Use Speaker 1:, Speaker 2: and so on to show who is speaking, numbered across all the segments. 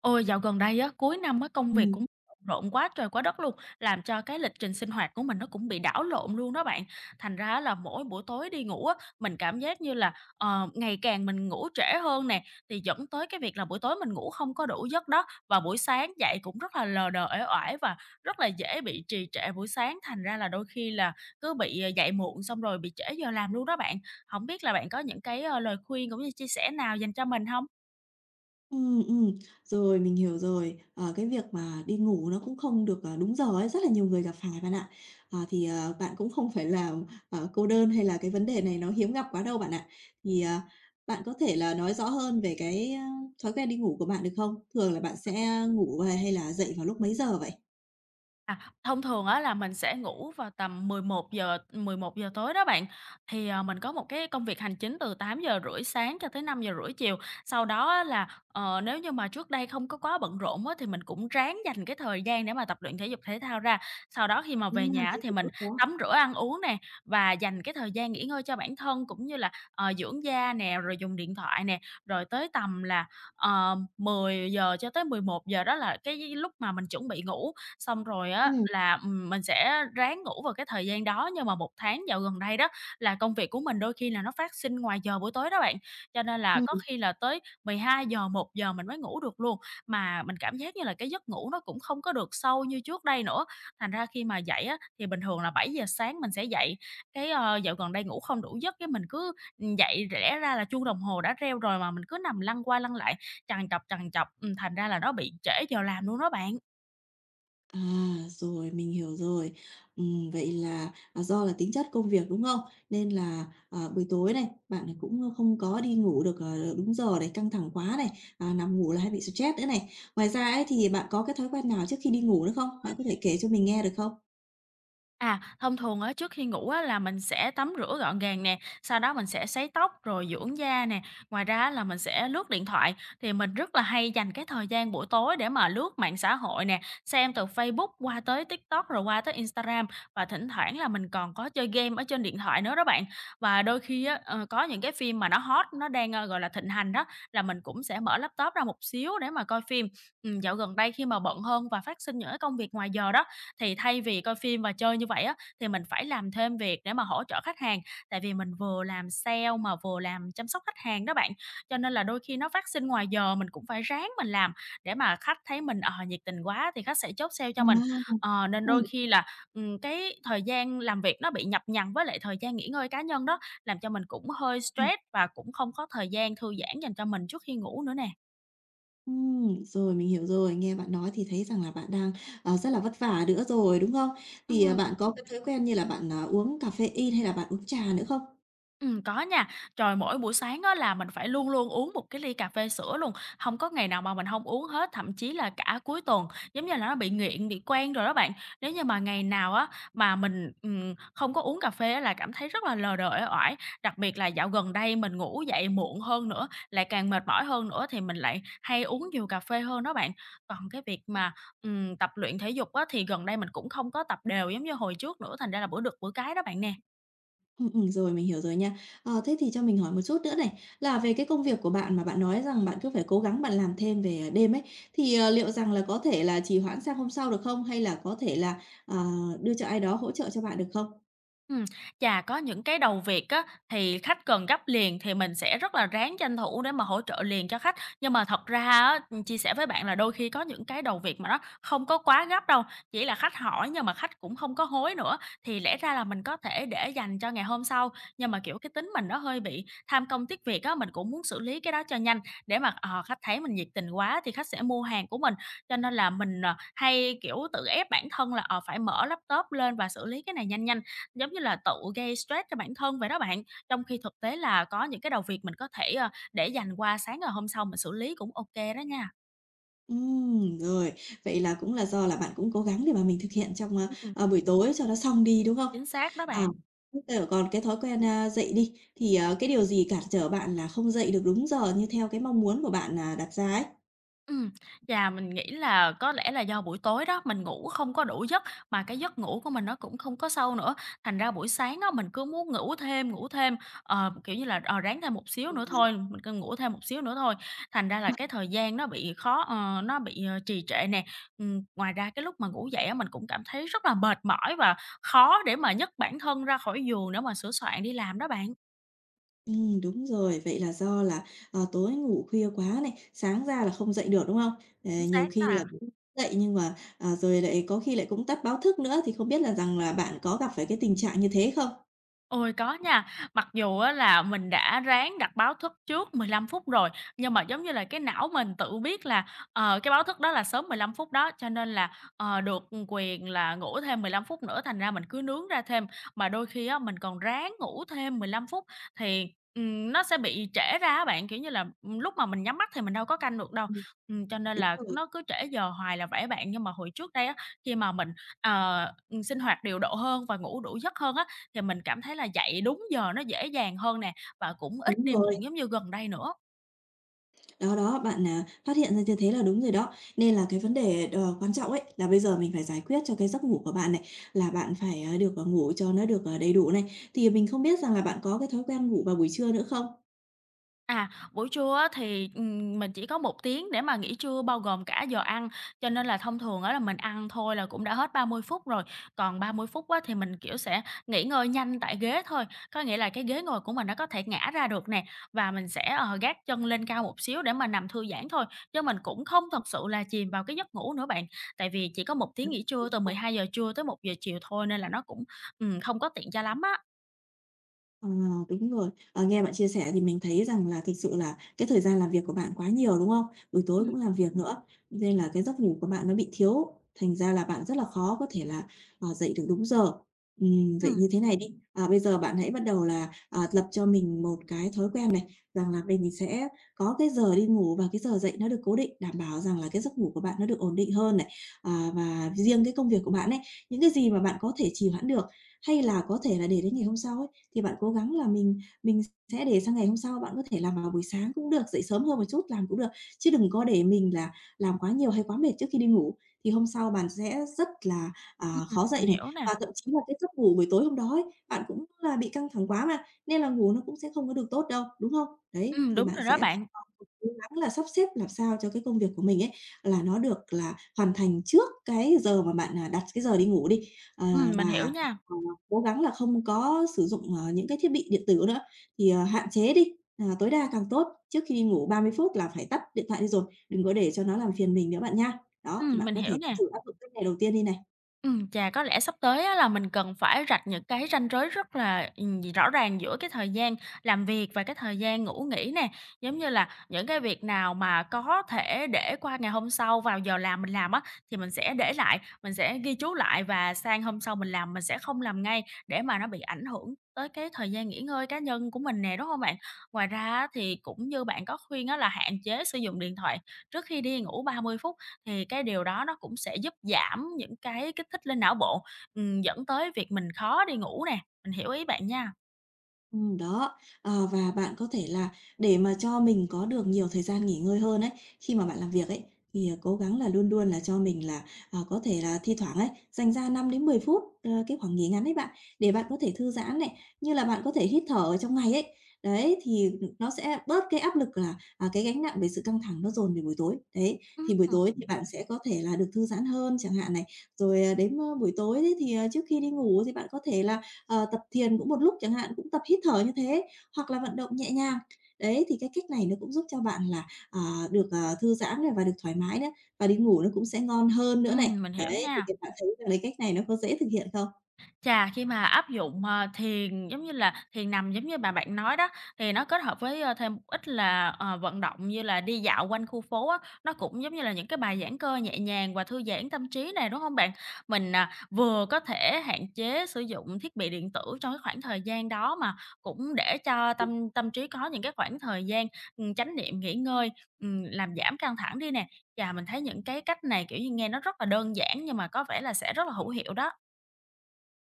Speaker 1: Ôi, dạo gần đây á, cuối năm á, công việc
Speaker 2: Ừm,
Speaker 1: cũng bận rộn quá trời quá đất luôn, làm cho cái lịch trình sinh hoạt của mình nó cũng bị đảo lộn luôn đó bạn. Thành ra á là mỗi buổi tối đi ngủ á, mình cảm giác như là, ngày càng mình ngủ trễ hơn nè, thì dẫn tới cái việc là buổi tối mình ngủ không có đủ giấc đó, và buổi sáng dậy cũng rất là lờ đờ, uể oải và rất là dễ bị trì trệ buổi sáng, thành ra là đôi khi là cứ bị, dậy muộn xong rồi bị trễ giờ làm luôn đó bạn. Không biết là bạn có những cái, lời khuyên cũng như chia sẻ nào dành cho mình không?
Speaker 2: ừm, ừm, Rồi mình hiểu rồi. Ờ, cái việc mà đi ngủ nó cũng không được, đúng giờ ấy, rất là nhiều người gặp phải bạn ạ. Thì, bạn cũng không phải là, cô đơn hay là cái vấn đề này nó hiếm gặp quá đâu bạn ạ. Thì, bạn có thể là nói rõ hơn về cái, thói quen đi ngủ của bạn được không? Thường là bạn sẽ ngủ hay hay là dậy vào lúc mấy giờ vậy?
Speaker 1: À, thông thường á là mình sẽ ngủ vào tầm mười mười một giờ tối đó bạn. Thì, mình có một cái công việc hành chính từ 8:30 sáng cho tới 5:30 chiều. Sau đó á là, nếu như mà trước đây không có quá bận rộn á, thì mình cũng ráng dành cái thời gian để mà tập luyện thể dục thể thao ra. Sau đó khi mà
Speaker 2: À,
Speaker 1: về nhà á
Speaker 2: thế
Speaker 1: thì
Speaker 2: thì tốt
Speaker 1: mình
Speaker 2: quá.
Speaker 1: tắm rửa ăn uống nè, và dành cái thời gian nghỉ ngơi cho bản thân cũng như là, dưỡng da nè, rồi dùng điện thoại nè. Rồi tới tầm là, 10 giờ cho tới 11 giờ đó là cái lúc mà mình chuẩn bị ngủ. Xong rồi á là, mình sẽ ráng ngủ vào cái thời gian đó, nhưng mà một tháng dạo gần đây đó là công việc của mình đôi khi là nó phát sinh ngoài giờ buổi tối đó bạn, cho nên là
Speaker 2: Ừm.
Speaker 1: có khi là tới 12 giờ 1 giờ mình mới ngủ được luôn. Mà mình cảm giác như là cái giấc ngủ nó cũng không có được sâu như trước đây nữa, thành ra khi mà dậy á thì bình thường là 7 giờ sáng mình sẽ dậy, cái, dạo gần đây ngủ không đủ giấc cái mình cứ, dậy rẽ ra là chuông đồng hồ đã reo rồi mà mình cứ nằm lăn qua lăn lại, trằn trọc, thành ra là nó bị trễ giờ làm luôn đó bạn.
Speaker 2: À, rồi, mình hiểu rồi. Vậy là, do là tính chất công việc, đúng không? Nên là, buổi tối này, bạn này cũng, không có đi ngủ được, đúng giờ này, căng thẳng quá này, nằm ngủ là hay bị stress nữa này. Ngoài ra ấy thì bạn có cái thói quen nào trước khi đi ngủ nữa không? Bạn có thể kể cho mình nghe được không?
Speaker 1: À, thông thường á, trước khi ngủ á, là mình sẽ tắm rửa gọn gàng nè, sau đó mình sẽ sấy tóc rồi dưỡng da nè. Ngoài ra á, là mình sẽ lướt điện thoại, thì mình rất là hay dành cái thời gian buổi tối để mà lướt mạng xã hội nè, xem từ Facebook qua tới TikTok rồi qua tới Instagram và thỉnh thoảng là mình còn có chơi game ở trên điện thoại nữa đó bạn. Và đôi khi á, có những cái phim mà nó hot, nó đang, gọi là, thịnh hành đó, là mình cũng sẽ mở laptop ra một xíu để mà coi phim. Dạo gần đây khi mà bận hơn và phát sinh những cái công việc ngoài giờ đó, thì thay vì coi phim và chơi như vậy á, thì mình phải làm thêm việc để mà hỗ trợ khách hàng, tại vì mình vừa làm sale mà vừa làm chăm sóc khách hàng đó bạn. Cho nên là đôi khi nó phát sinh ngoài giờ mình cũng phải ráng mình làm để mà khách thấy mình, nhiệt tình quá thì khách sẽ chốt sale
Speaker 2: À,
Speaker 1: cho mình. Ờ, nên đôi
Speaker 2: ừm,
Speaker 1: khi là, cái thời gian làm việc nó bị nhập nhằng với lại thời gian nghỉ ngơi cá nhân đó, làm cho mình cũng hơi
Speaker 2: rồi.
Speaker 1: stress và cũng không có thời gian thư giãn dành cho mình trước khi ngủ nữa nè.
Speaker 2: Rồi, mình hiểu rồi. Nghe bạn nói thì thấy rằng là bạn đang, rất là vất vả nữa rồi, đúng không? Thì,
Speaker 1: Ừm.
Speaker 2: bạn có cái thói quen như là bạn, uống cà phê in hay là bạn uống trà nữa không?
Speaker 1: Có nha. Trời, mỗi buổi sáng á là mình phải luôn luôn uống một cái ly cà phê sữa luôn, không có ngày nào mà mình không uống hết, thậm chí là cả cuối tuần, giống như là nó bị nghiện, bị quen rồi đó bạn. Nếu như mà ngày nào á mà mình, không có uống cà phê á là cảm thấy rất là lờ đờ, uể oải. Đặc biệt là dạo gần đây mình ngủ dậy muộn hơn nữa, lại càng mệt mỏi hơn nữa thì mình lại hay uống nhiều cà phê hơn đó bạn. Còn cái việc mà, tập luyện thể dục á thì gần đây mình cũng không có tập đều giống như hồi trước nữa, thành ra là bữa được bữa cái đó bạn nè.
Speaker 2: Ừ Rồi, mình hiểu rồi nha. Thế thì cho mình hỏi một chút nữa này, là về cái công việc của bạn mà bạn nói rằng bạn cứ phải cố gắng bạn làm thêm về, đêm ấy, thì, liệu rằng là có thể là trì hoãn sang hôm sau được không? Hay là có thể là, đưa cho ai đó hỗ trợ cho bạn được không?
Speaker 1: Ừm, chà, có những cái đầu việc á, thì khách cần gấp liền thì mình sẽ rất là ráng tranh thủ để mà hỗ trợ liền cho khách. Nhưng mà thật ra á, chia sẻ với bạn là đôi khi có những cái đầu việc mà nó không có quá gấp đâu, chỉ là khách hỏi nhưng mà khách cũng không có hối nữa, thì lẽ ra là mình có thể để dành cho ngày hôm sau. Nhưng mà, kiểu, cái tính mình nó hơi bị tham công tiếc việc á, mình cũng muốn xử lý cái đó cho nhanh để mà, khách thấy mình nhiệt tình quá thì khách sẽ mua hàng của mình. Cho nên là mình, hay, kiểu, tự ép bản thân là, phải mở laptop lên và xử lý cái này nhanh nhanh. Giống như là tự gây stress cho bản thân vậy đó bạn, trong khi thực tế là có những cái đầu việc mình có thể, để dành qua sáng ngày hôm sau mình xử lý cũng ok đó nha.
Speaker 2: Rồi, vậy là cũng là do là bạn cũng cố gắng để mà mình thực hiện trong,
Speaker 1: Ừm,
Speaker 2: buổi tối cho nó xong đi, đúng không?
Speaker 1: chính xác đó
Speaker 2: À,
Speaker 1: bạn.
Speaker 2: còn cái thói quen, dậy đi, thì, cái điều gì cản trở bạn là không dậy được đúng giờ như theo cái mong muốn của bạn, đặt ra
Speaker 1: Ừm, chà, mình nghĩ là có lẽ là do buổi tối đó mình ngủ không có đủ giấc, mà cái giấc ngủ của mình nó cũng không có sâu nữa, thành ra buổi sáng á mình cứ muốn ngủ thêm, kiểu như là, ráng thêm một xíu nữa
Speaker 2: ấy?
Speaker 1: thôi, mình cứ ngủ thêm một xíu nữa thôi, thành ra là cái thời gian nó bị khó nó bị, trì trệ nè. Ngoài ra cái lúc mà ngủ dậy á mình cũng cảm thấy rất là mệt mỏi và khó để mà nhấc bản thân ra khỏi giường để mà sửa soạn đi làm đó bạn.
Speaker 2: Đúng rồi, vậy là do là, tối ngủ khuya quá này, sáng ra là không dậy được, đúng không?
Speaker 1: Chính
Speaker 2: Nhiều
Speaker 1: xác đó
Speaker 2: khi là
Speaker 1: ạ.
Speaker 2: cũng dậy nhưng mà, rồi lại có khi lại cũng tắt báo thức nữa, thì không biết là rằng là bạn có gặp phải cái tình trạng như thế không?
Speaker 1: Ôi, có nha. Mặc dù á là mình đã ráng đặt báo thức trước 15 phút rồi, nhưng mà, giống như là, cái não mình tự biết là, cái báo thức đó là sớm 15 phút đó, cho nên là, được quyền là ngủ thêm 15 phút nữa, thành ra mình cứ nướng ra thêm. Mà đôi khi á, mình còn ráng ngủ thêm 15 phút thì, nó sẽ bị trễ ra á bạn, kiểu như là, lúc mà mình nhắm mắt thì mình đâu có canh được đâu.
Speaker 2: Ừm,
Speaker 1: Cho nên
Speaker 2: Đúng
Speaker 1: là
Speaker 2: rồi,
Speaker 1: nó cứ trễ giờ hoài là vậy bạn. Nhưng mà hồi trước đây á, khi mà mình, ờ, sinh hoạt điều độ hơn và ngủ đủ giấc hơn á, thì mình cảm thấy là dậy đúng giờ nó dễ dàng hơn nè và cũng ít
Speaker 2: đúng
Speaker 1: đi
Speaker 2: rồi.
Speaker 1: muộn giống như gần đây nữa.
Speaker 2: Đó, đó, bạn, phát hiện ra như thế là đúng rồi đó. Nên là cái vấn đề đờ quan trọng ấy, là bây giờ mình phải giải quyết cho cái giấc ngủ của bạn này, là bạn phải, được, ngủ cho nó được, đầy đủ này. Thì mình không biết rằng là bạn có cái thói quen ngủ vào buổi trưa nữa không?
Speaker 1: À, buổi trưa á thì, mình chỉ có một tiếng để mà nghỉ trưa bao gồm cả giờ ăn, cho nên là thông thường á là mình ăn thôi là cũng đã hết 30 phút rồi. Còn 30 phút á thì mình, kiểu, sẽ nghỉ ngơi nhanh tại ghế thôi, có nghĩa là cái ghế ngồi của mình nó có thể ngả ra được nè, và mình sẽ, gác chân lên cao một xíu để mà nằm thư giãn thôi, chứ mình cũng không thật sự là chìm vào cái giấc ngủ nữa bạn. Tại vì chỉ có một
Speaker 2: Ừ,
Speaker 1: tiếng nghỉ trưa
Speaker 2: đúng
Speaker 1: từ mười
Speaker 2: rồi.
Speaker 1: hai giờ trưa tới một giờ chiều thôi nên là nó cũng, không có tiện cho lắm á.
Speaker 2: Ờ, Đúng rồi. Ờ, Nghe bạn chia sẻ thì mình thấy rằng là thực sự là cái thời gian làm việc của bạn quá nhiều, đúng không? Buổi tối cũng
Speaker 1: Ừm,
Speaker 2: làm việc nữa, nên là cái giấc ngủ của bạn nó bị thiếu, thành ra là bạn rất là khó có thể là, dậy được đúng giờ. Vậy
Speaker 1: ừm,
Speaker 2: như thế này đi, bây giờ bạn hãy bắt đầu là, lập cho mình một cái thói quen này, rằng là mình sẽ có cái giờ đi ngủ và cái giờ dậy nó được cố định, đảm bảo rằng là cái giấc ngủ của bạn nó được ổn định hơn này. Và riêng cái công việc của bạn ấy, những cái gì mà bạn có thể trì hoãn được, hay là có thể là để đến ngày hôm sau ấy, thì bạn cố gắng là mình sẽ để sang ngày hôm sau, bạn có thể làm vào buổi sáng cũng được, dậy sớm hơn một chút làm cũng được, chứ đừng có để mình là làm quá nhiều hay quá mệt trước khi đi ngủ, thì hôm sau bạn sẽ rất là,
Speaker 1: ừm,
Speaker 2: khó
Speaker 1: mình
Speaker 2: dậy này.
Speaker 1: hiểu nè.
Speaker 2: Và thậm chí là cái giấc ngủ buổi tối hôm đó ấy, bạn cũng là bị căng thẳng quá mà, nên là ngủ nó cũng sẽ không có được tốt đâu, đúng không? Đấy, thì
Speaker 1: Đúng
Speaker 2: bạn
Speaker 1: rồi đó
Speaker 2: sẽ
Speaker 1: bạn.
Speaker 2: ờ, cố gắng là sắp xếp làm sao cho cái công việc của mình ấy, là nó được là hoàn thành trước cái giờ mà bạn, đặt cái giờ đi ngủ đi.
Speaker 1: Mình hiểu
Speaker 2: Và,
Speaker 1: nha.
Speaker 2: ờ cố gắng là không có sử dụng, những cái thiết bị điện tử nữa, thì, hạn chế đi, tối đa càng tốt. Trước khi đi ngủ 30 phút là phải tắt điện thoại đi rồi, đừng có để cho nó làm phiền mình nữa bạn nha. Đó, thì bạn
Speaker 1: Mình
Speaker 2: có
Speaker 1: hiểu
Speaker 2: thể
Speaker 1: nè.
Speaker 2: thử áp dụng cách này đầu tiên đi này.
Speaker 1: Chà, có lẽ sắp tới á là mình cần phải rạch những cái ranh giới rất là, gì rõ ràng giữa cái thời gian làm việc và cái thời gian ngủ nghỉ nè. Giống như là những cái việc nào mà có thể để qua ngày hôm sau vào giờ làm mình làm á, thì mình sẽ để lại, mình sẽ ghi chú lại và sang hôm sau mình làm mình sẽ không làm ngay để mà nó bị ảnh hưởng tới cái thời gian nghỉ ngơi cá nhân của mình nè, đúng hông bạn? Ngoài ra á thì cũng như bạn có khuyên á là hạn chế sử dụng điện thoại trước khi đi ngủ 30 phút. Thì cái điều đó nó cũng sẽ giúp giảm những cái kích thích lên não bộ, dẫn tới việc mình khó đi ngủ nè, mình hiểu ý bạn nha.
Speaker 2: Đó, và bạn có thể là để mà cho mình có được nhiều thời gian nghỉ ngơi hơn ấy, khi mà bạn làm việc ấy, thì, cố gắng là luôn luôn là cho mình là, có thể là thi thoảng ấy, dành ra 5 đến 10 phút, cái khoảng nghỉ ngắn ấy bạn, để bạn có thể thư giãn này, như là bạn có thể hít thở ở trong ngày ấy. Đấy, thì, nó sẽ bớt cái áp lực là, cái gánh nặng về sự căng thẳng nó dồn về buổi tối. Đấy,
Speaker 1: Ừm,
Speaker 2: thì buổi
Speaker 1: ừm,
Speaker 2: tối thì bạn sẽ có thể là được thư giãn hơn chẳng hạn này, rồi, đến, buổi tối đấy thì, trước khi đi ngủ thì bạn có thể là tập thiền cũng một lúc chẳng hạn, cũng tập hít thở như thế, hoặc là vận động nhẹ nhàng. Đấy, thì cái cách này nó cũng giúp cho bạn là, được, thư giãn này và được thoải mái nữa, và đi ngủ nó cũng sẽ ngon hơn nữa này.
Speaker 1: mình hiểu
Speaker 2: Đấy, thì
Speaker 1: nha.
Speaker 2: các bạn thấy rằng cái cách này nó có dễ thực hiện không?
Speaker 1: Chà, khi mà áp dụng, thiền, giống như là, thiền nằm giống như bà bạn nói đó, thì nó kết hợp với, thêm một ít là, vận động như là đi dạo quanh khu phố á, nó cũng giống như là những cái bài giãn cơ nhẹ nhàng và thư giãn tâm trí này đúng không bạn? Mình, à, vừa có thể hạn chế sử dụng thiết bị điện tử trong cái khoảng thời gian đó mà cũng để cho tâm tâm trí có những cái khoảng thời gian, chánh niệm, nghỉ ngơi, làm giảm căng thẳng đi nè. Chà, mình thấy những cái cách này, kiểu như, nghe nó rất là đơn giản nhưng mà có vẻ là sẽ rất là hữu hiệu đó.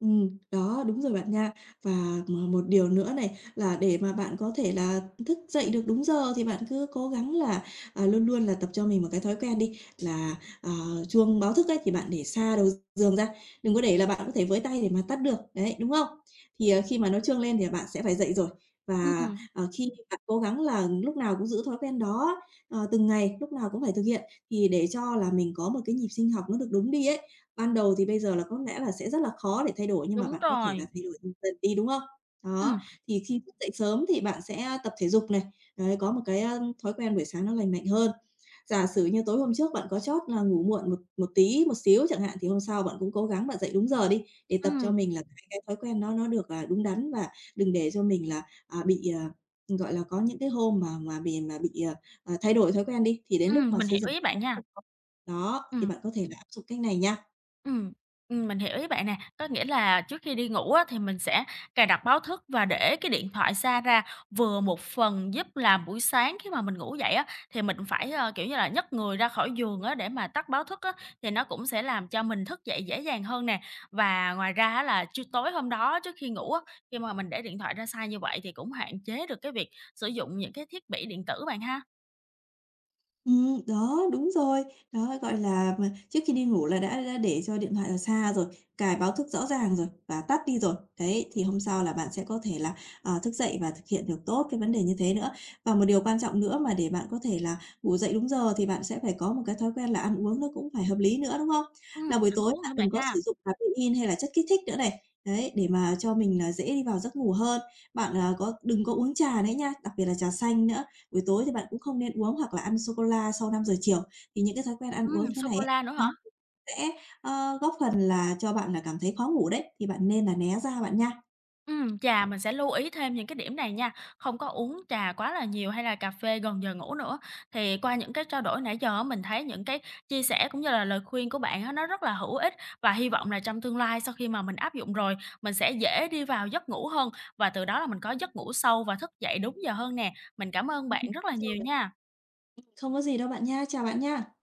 Speaker 2: Đó, đúng rồi bạn nha. Và một điều nữa này, là để mà bạn có thể là thức dậy được đúng giờ thì bạn cứ cố gắng là, luôn luôn là tập cho mình một cái thói quen đi, là, ờ, chuông báo thức ấy thì bạn để xa đầu giường ra, đừng có để là bạn có thể với tay để mà tắt được, đấy, đúng không? Thì, khi mà nó chuông lên thì bạn sẽ phải dậy rồi. Và,
Speaker 1: Ừm.
Speaker 2: khi bạn cố gắng là lúc nào cũng giữ thói quen đó, từng ngày, lúc nào cũng phải thực hiện, thì để cho là mình có một cái nhịp sinh học nó được đúng đi ấy. Ban đầu thì bây giờ là có lẽ là sẽ rất là khó để thay đổi, nhưng mà
Speaker 1: Đúng
Speaker 2: bạn có thể
Speaker 1: rồi.
Speaker 2: là thay đổi dần dần đi, đúng không? Đó,
Speaker 1: Ừm,
Speaker 2: thì khi thức dậy sớm thì bạn sẽ tập thể dục này, đấy, có một cái, thói quen buổi sáng nó lành mạnh hơn. Giả sử như tối hôm trước bạn có chót là ngủ muộn một một tí, một xíu chẳng hạn, thì hôm sau bạn cũng cố gắng bạn dậy đúng giờ đi, để tập cho
Speaker 1: ừm,
Speaker 2: mình là cái thói quen nó được, đúng đắn và đừng để cho mình là, bị, gọi là, có những cái hôm mà bị, thay đổi thói quen đi, thì đến lúc mà
Speaker 1: mình
Speaker 2: xây
Speaker 1: hiểu
Speaker 2: dựng
Speaker 1: ý
Speaker 2: nó
Speaker 1: bạn
Speaker 2: rất
Speaker 1: nha.
Speaker 2: là khó. Đó, thì
Speaker 1: Ừm,
Speaker 2: bạn có thể là áp dụng cách này nha.
Speaker 1: ừm, mình hiểu ý bạn nè. Có nghĩa là trước khi đi ngủ á, thì mình sẽ cài đặt báo thức và để cái điện thoại xa ra, vừa một phần giúp là buổi sáng khi mà mình ngủ dậy á, thì mình phải, kiểu như là, nhấc người ra khỏi giường á, để mà tắt báo thức á, thì nó cũng sẽ làm cho mình thức dậy dễ dàng hơn nè. Và ngoài ra á là trưa tối hôm đó trước khi ngủ á, khi mà mình để điện thoại ra xa như vậy thì cũng hạn chế được cái việc sử dụng những cái thiết bị điện tử bạn ha.
Speaker 2: Đó, đúng rồi. Đó, gọi là, mà trước khi đi ngủ là đã để cho điện thoại ở xa rồi, cài báo thức rõ ràng rồi và tắt đi rồi. Đấy, thì hôm sau là bạn sẽ có thể là, thức dậy và thực hiện được tốt cái vấn đề như thế nữa. Và một điều quan trọng nữa mà để bạn có thể là ngủ dậy đúng giờ thì bạn sẽ phải có một cái thói quen là ăn uống nó cũng phải hợp lý nữa, đúng không? Là buổi
Speaker 1: Ăn
Speaker 2: tối
Speaker 1: uống
Speaker 2: bạn
Speaker 1: nữa bạn
Speaker 2: đừng có
Speaker 1: ha.
Speaker 2: sử dụng caffeine hay là chất kích thích nữa này. Đấy, để mà cho mình là dễ đi vào giấc ngủ hơn. Bạn, có đừng có uống trà nữa nha, đặc biệt là trà xanh nữa. Buổi tối thì bạn cũng không nên uống hoặc là ăn sô-cô-la sau 5 giờ chiều, thì những cái thói quen ăn uống thế
Speaker 1: Sô
Speaker 2: này
Speaker 1: cô
Speaker 2: ấy,
Speaker 1: la nữa
Speaker 2: nó
Speaker 1: hả?
Speaker 2: cũng sẽ, góp phần là cho bạn là cảm thấy khó ngủ đấy, thì bạn nên là né ra bạn nha.
Speaker 1: Chà, mình sẽ lưu ý thêm những cái điểm này nha, không có uống trà quá là nhiều hay là cà phê gần giờ ngủ nữa. Thì qua những cái trao đổi nãy giờ á, mình thấy những cái chia sẻ cũng như là lời khuyên của bạn á, nó rất là hữu ích và hy vọng là trong tương lai sau khi mà mình áp dụng rồi, mình sẽ dễ đi vào giấc ngủ hơn và từ đó là mình có giấc ngủ sâu và thức dậy đúng giờ hơn nè. Mình cảm ơn
Speaker 2: Ừm,
Speaker 1: bạn rất là nhiều
Speaker 2: Rồi,
Speaker 1: nha.
Speaker 2: không có gì đâu bạn nha, chào bạn nha.